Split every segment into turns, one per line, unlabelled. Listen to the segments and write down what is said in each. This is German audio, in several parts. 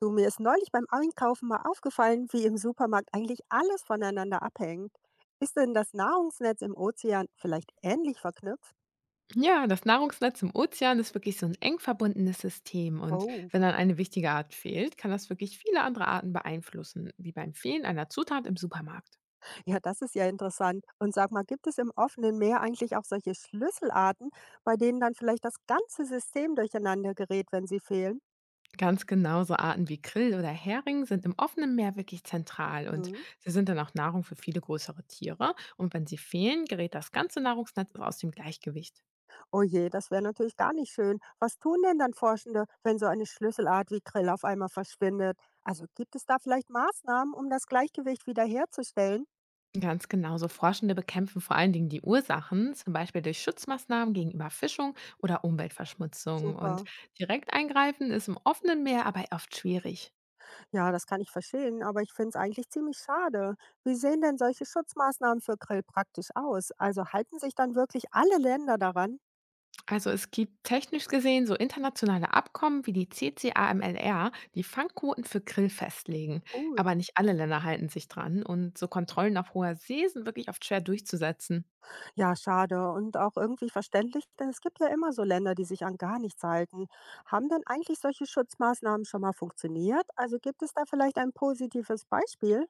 Du, mir ist neulich beim Einkaufen mal aufgefallen, wie im Supermarkt eigentlich alles voneinander abhängt. Ist denn das Nahrungsnetz im Ozean vielleicht ähnlich verknüpft?
Ja, das Nahrungsnetz im Ozean ist wirklich so ein eng verbundenes System, und
Oh,
wenn dann eine wichtige Art fehlt, kann das wirklich viele andere Arten beeinflussen, wie beim Fehlen einer Zutat im Supermarkt.
ja, das ist ja interessant. Und sag mal, gibt es im offenen Meer eigentlich auch solche Schlüsselarten, bei denen dann vielleicht das ganze System durcheinander gerät, wenn sie fehlen?
Ganz genauso, Arten wie Krill oder Hering sind im offenen Meer wirklich zentral, und
Hm.
sie sind dann auch Nahrung für viele größere Tiere, und wenn sie fehlen, gerät das ganze Nahrungsnetz aus dem Gleichgewicht.
Oh je, das wäre natürlich gar nicht schön. Was tun denn dann Forschende, wenn so eine Schlüsselart wie Krill auf einmal verschwindet? Also gibt es da vielleicht Maßnahmen, um das Gleichgewicht wiederherzustellen?
Ganz genau. So, Forschende bekämpfen vor allen Dingen die Ursachen, zum Beispiel durch Schutzmaßnahmen gegen Überfischung oder Umweltverschmutzung. Und
Super.
direkt eingreifen ist im offenen Meer aber oft schwierig.
Ja, das kann ich verstehen, aber ich finde es eigentlich ziemlich schade. Wie sehen denn solche Schutzmaßnahmen für Grill praktisch aus? Also halten sich dann wirklich alle Länder daran?
Also, es gibt technisch gesehen so internationale Abkommen wie die CCAMLR, die Fangquoten für Grill festlegen.
Gut.
Aber nicht alle Länder halten sich dran, und so Kontrollen auf hoher See sind wirklich oft schwer durchzusetzen.
Ja, schade und auch irgendwie verständlich, denn es gibt ja immer so Länder, die sich an gar nichts halten. Haben denn eigentlich solche Schutzmaßnahmen schon mal funktioniert? Also gibt es da vielleicht ein positives Beispiel?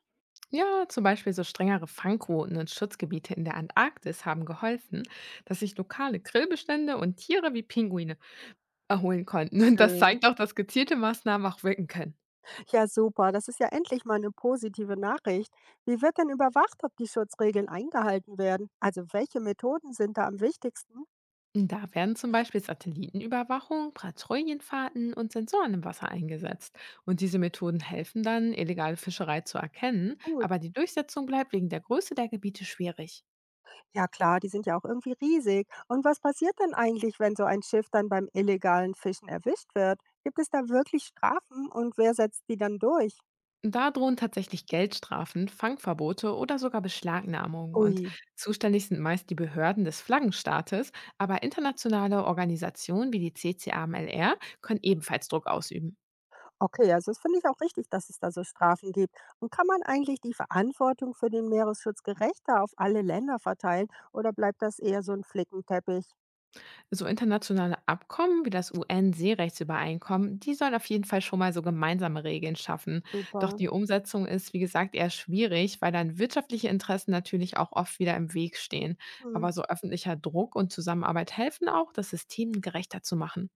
Ja, zum Beispiel so strengere Fangquoten und Schutzgebiete in der Antarktis haben geholfen, dass sich lokale Grillbestände und Tiere wie Pinguine erholen konnten. Und das
Schön.
zeigt auch, dass gezielte Maßnahmen auch wirken können.
Ja, super. Das ist ja endlich mal eine positive Nachricht. Wie wird denn überwacht, ob die Schutzregeln eingehalten werden? Also welche Methoden sind da am wichtigsten?
Da werden zum Beispiel Satellitenüberwachung, Patrouillenfahrten und Sensoren im Wasser eingesetzt. Und diese Methoden helfen dann, illegale Fischerei zu erkennen,
Gut.
aber die Durchsetzung bleibt wegen der Größe der Gebiete schwierig.
Ja klar, die sind ja auch irgendwie riesig. Und was passiert denn eigentlich, wenn so ein Schiff dann beim illegalen Fischen erwischt wird? Gibt es da wirklich Strafen und wer setzt die dann durch?
Da drohen tatsächlich Geldstrafen, Fangverbote oder sogar Beschlagnahmungen. Und
Ui,
zuständig sind meist die Behörden des Flaggenstaates, aber internationale Organisationen wie die CCAMLR können ebenfalls Druck ausüben.
okay, also das finde ich auch richtig, dass es da so Strafen gibt. Und kann man eigentlich die Verantwortung für den Meeresschutz gerechter auf alle Länder verteilen oder bleibt das eher so ein Flickenteppich?
So internationale Abkommen wie das UN-Seerechtsübereinkommen, die sollen auf jeden Fall schon mal so gemeinsame Regeln schaffen. Doch
Super.
die Umsetzung ist, wie gesagt, eher schwierig, weil dann wirtschaftliche Interessen natürlich auch oft wieder im Weg stehen.
Hm.
Aber so öffentlicher Druck und Zusammenarbeit helfen auch, das System gerechter zu machen.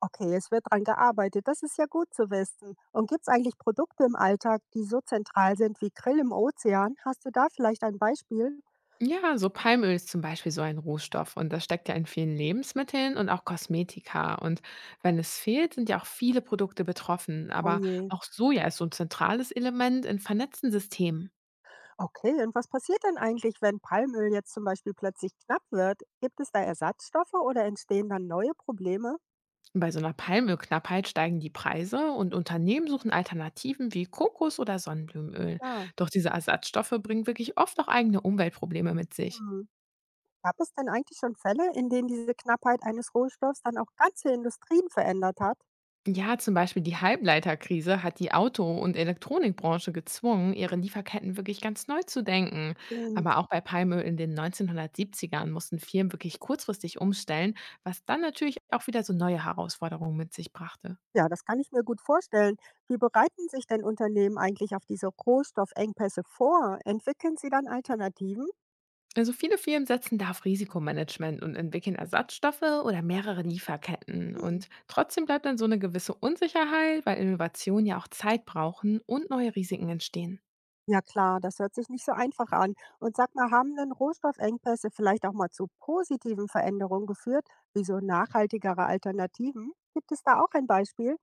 Okay, es wird dran gearbeitet. Das ist ja gut zu wissen. Und gibt es eigentlich Produkte im Alltag, die so zentral sind wie Grill im Ozean? Hast du da vielleicht ein Beispiel?
Ja, so Palmöl ist zum Beispiel so ein Rohstoff, und das steckt ja in vielen Lebensmitteln und auch Kosmetika. Und wenn es fehlt, sind ja auch viele Produkte betroffen.
Oh
Aber
je.
auch Soja ist so ein zentrales Element in vernetzten Systemen.
Okay, und was passiert denn eigentlich, wenn Palmöl jetzt zum Beispiel plötzlich knapp wird? Gibt es da Ersatzstoffe oder entstehen dann neue Probleme?
Bei so einer Palmölknappheit steigen die Preise und Unternehmen suchen Alternativen wie Kokos oder Sonnenblumenöl.
Ja.
Doch diese Ersatzstoffe bringen wirklich oft auch eigene Umweltprobleme mit sich.
Hm. Gab es denn eigentlich schon Fälle, in denen diese Knappheit eines Rohstoffs dann auch ganze Industrien verändert hat?
Ja, zum Beispiel die Halbleiterkrise hat die Auto- und Elektronikbranche gezwungen, ihre Lieferketten wirklich ganz neu zu denken. Aber
Stimmt.
auch bei Palmöl in den 1970ern mussten Firmen wirklich kurzfristig umstellen, was dann natürlich auch wieder so neue Herausforderungen mit sich brachte.
Ja, das kann ich mir gut vorstellen. Wie bereiten sich denn Unternehmen eigentlich auf diese Rohstoffengpässe vor? Entwickeln sie dann Alternativen?
Also viele Firmen setzen da auf Risikomanagement und entwickeln Ersatzstoffe oder mehrere Lieferketten.
Hm.
Und trotzdem bleibt dann so eine gewisse Unsicherheit, weil Innovationen ja auch Zeit brauchen und neue Risiken entstehen.
Ja klar, das hört sich nicht so einfach an. Und sag mal, haben denn Rohstoffengpässe vielleicht auch mal zu positiven Veränderungen geführt, wie so nachhaltigere Alternativen? Gibt es da auch ein Beispiel?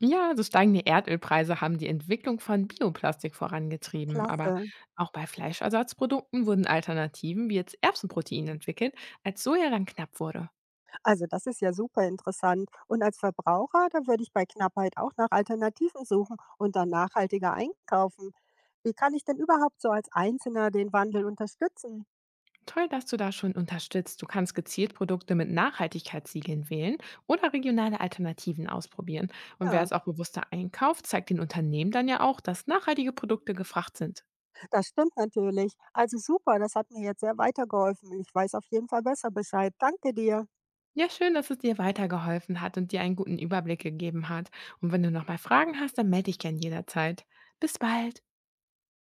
Ja, so steigende Erdölpreise haben die Entwicklung von Bioplastik vorangetrieben, aber
Klasse.
auch bei Fleischersatzprodukten wurden Alternativen wie jetzt Erbsenprotein entwickelt, als Soja dann knapp wurde.
Also das ist ja super interessant. Und als Verbraucher, da würde ich bei Knappheit auch nach Alternativen suchen und dann nachhaltiger einkaufen. Wie kann ich denn überhaupt so als Einzelner den Wandel unterstützen?
Toll, dass du da schon unterstützt. Du kannst gezielt Produkte mit Nachhaltigkeitssiegeln wählen oder regionale Alternativen ausprobieren. Und wer
Ja,
es auch bewusster einkauft, zeigt den Unternehmen dann ja auch, dass nachhaltige Produkte gefragt sind.
das stimmt natürlich. Also super, das hat mir jetzt sehr weitergeholfen. Ich weiß auf jeden Fall besser Bescheid. Danke dir.
Ja, schön, dass es dir weitergeholfen hat und dir einen guten Überblick gegeben hat. Und wenn du nochmal Fragen hast, dann melde dich gern jederzeit. Bis bald!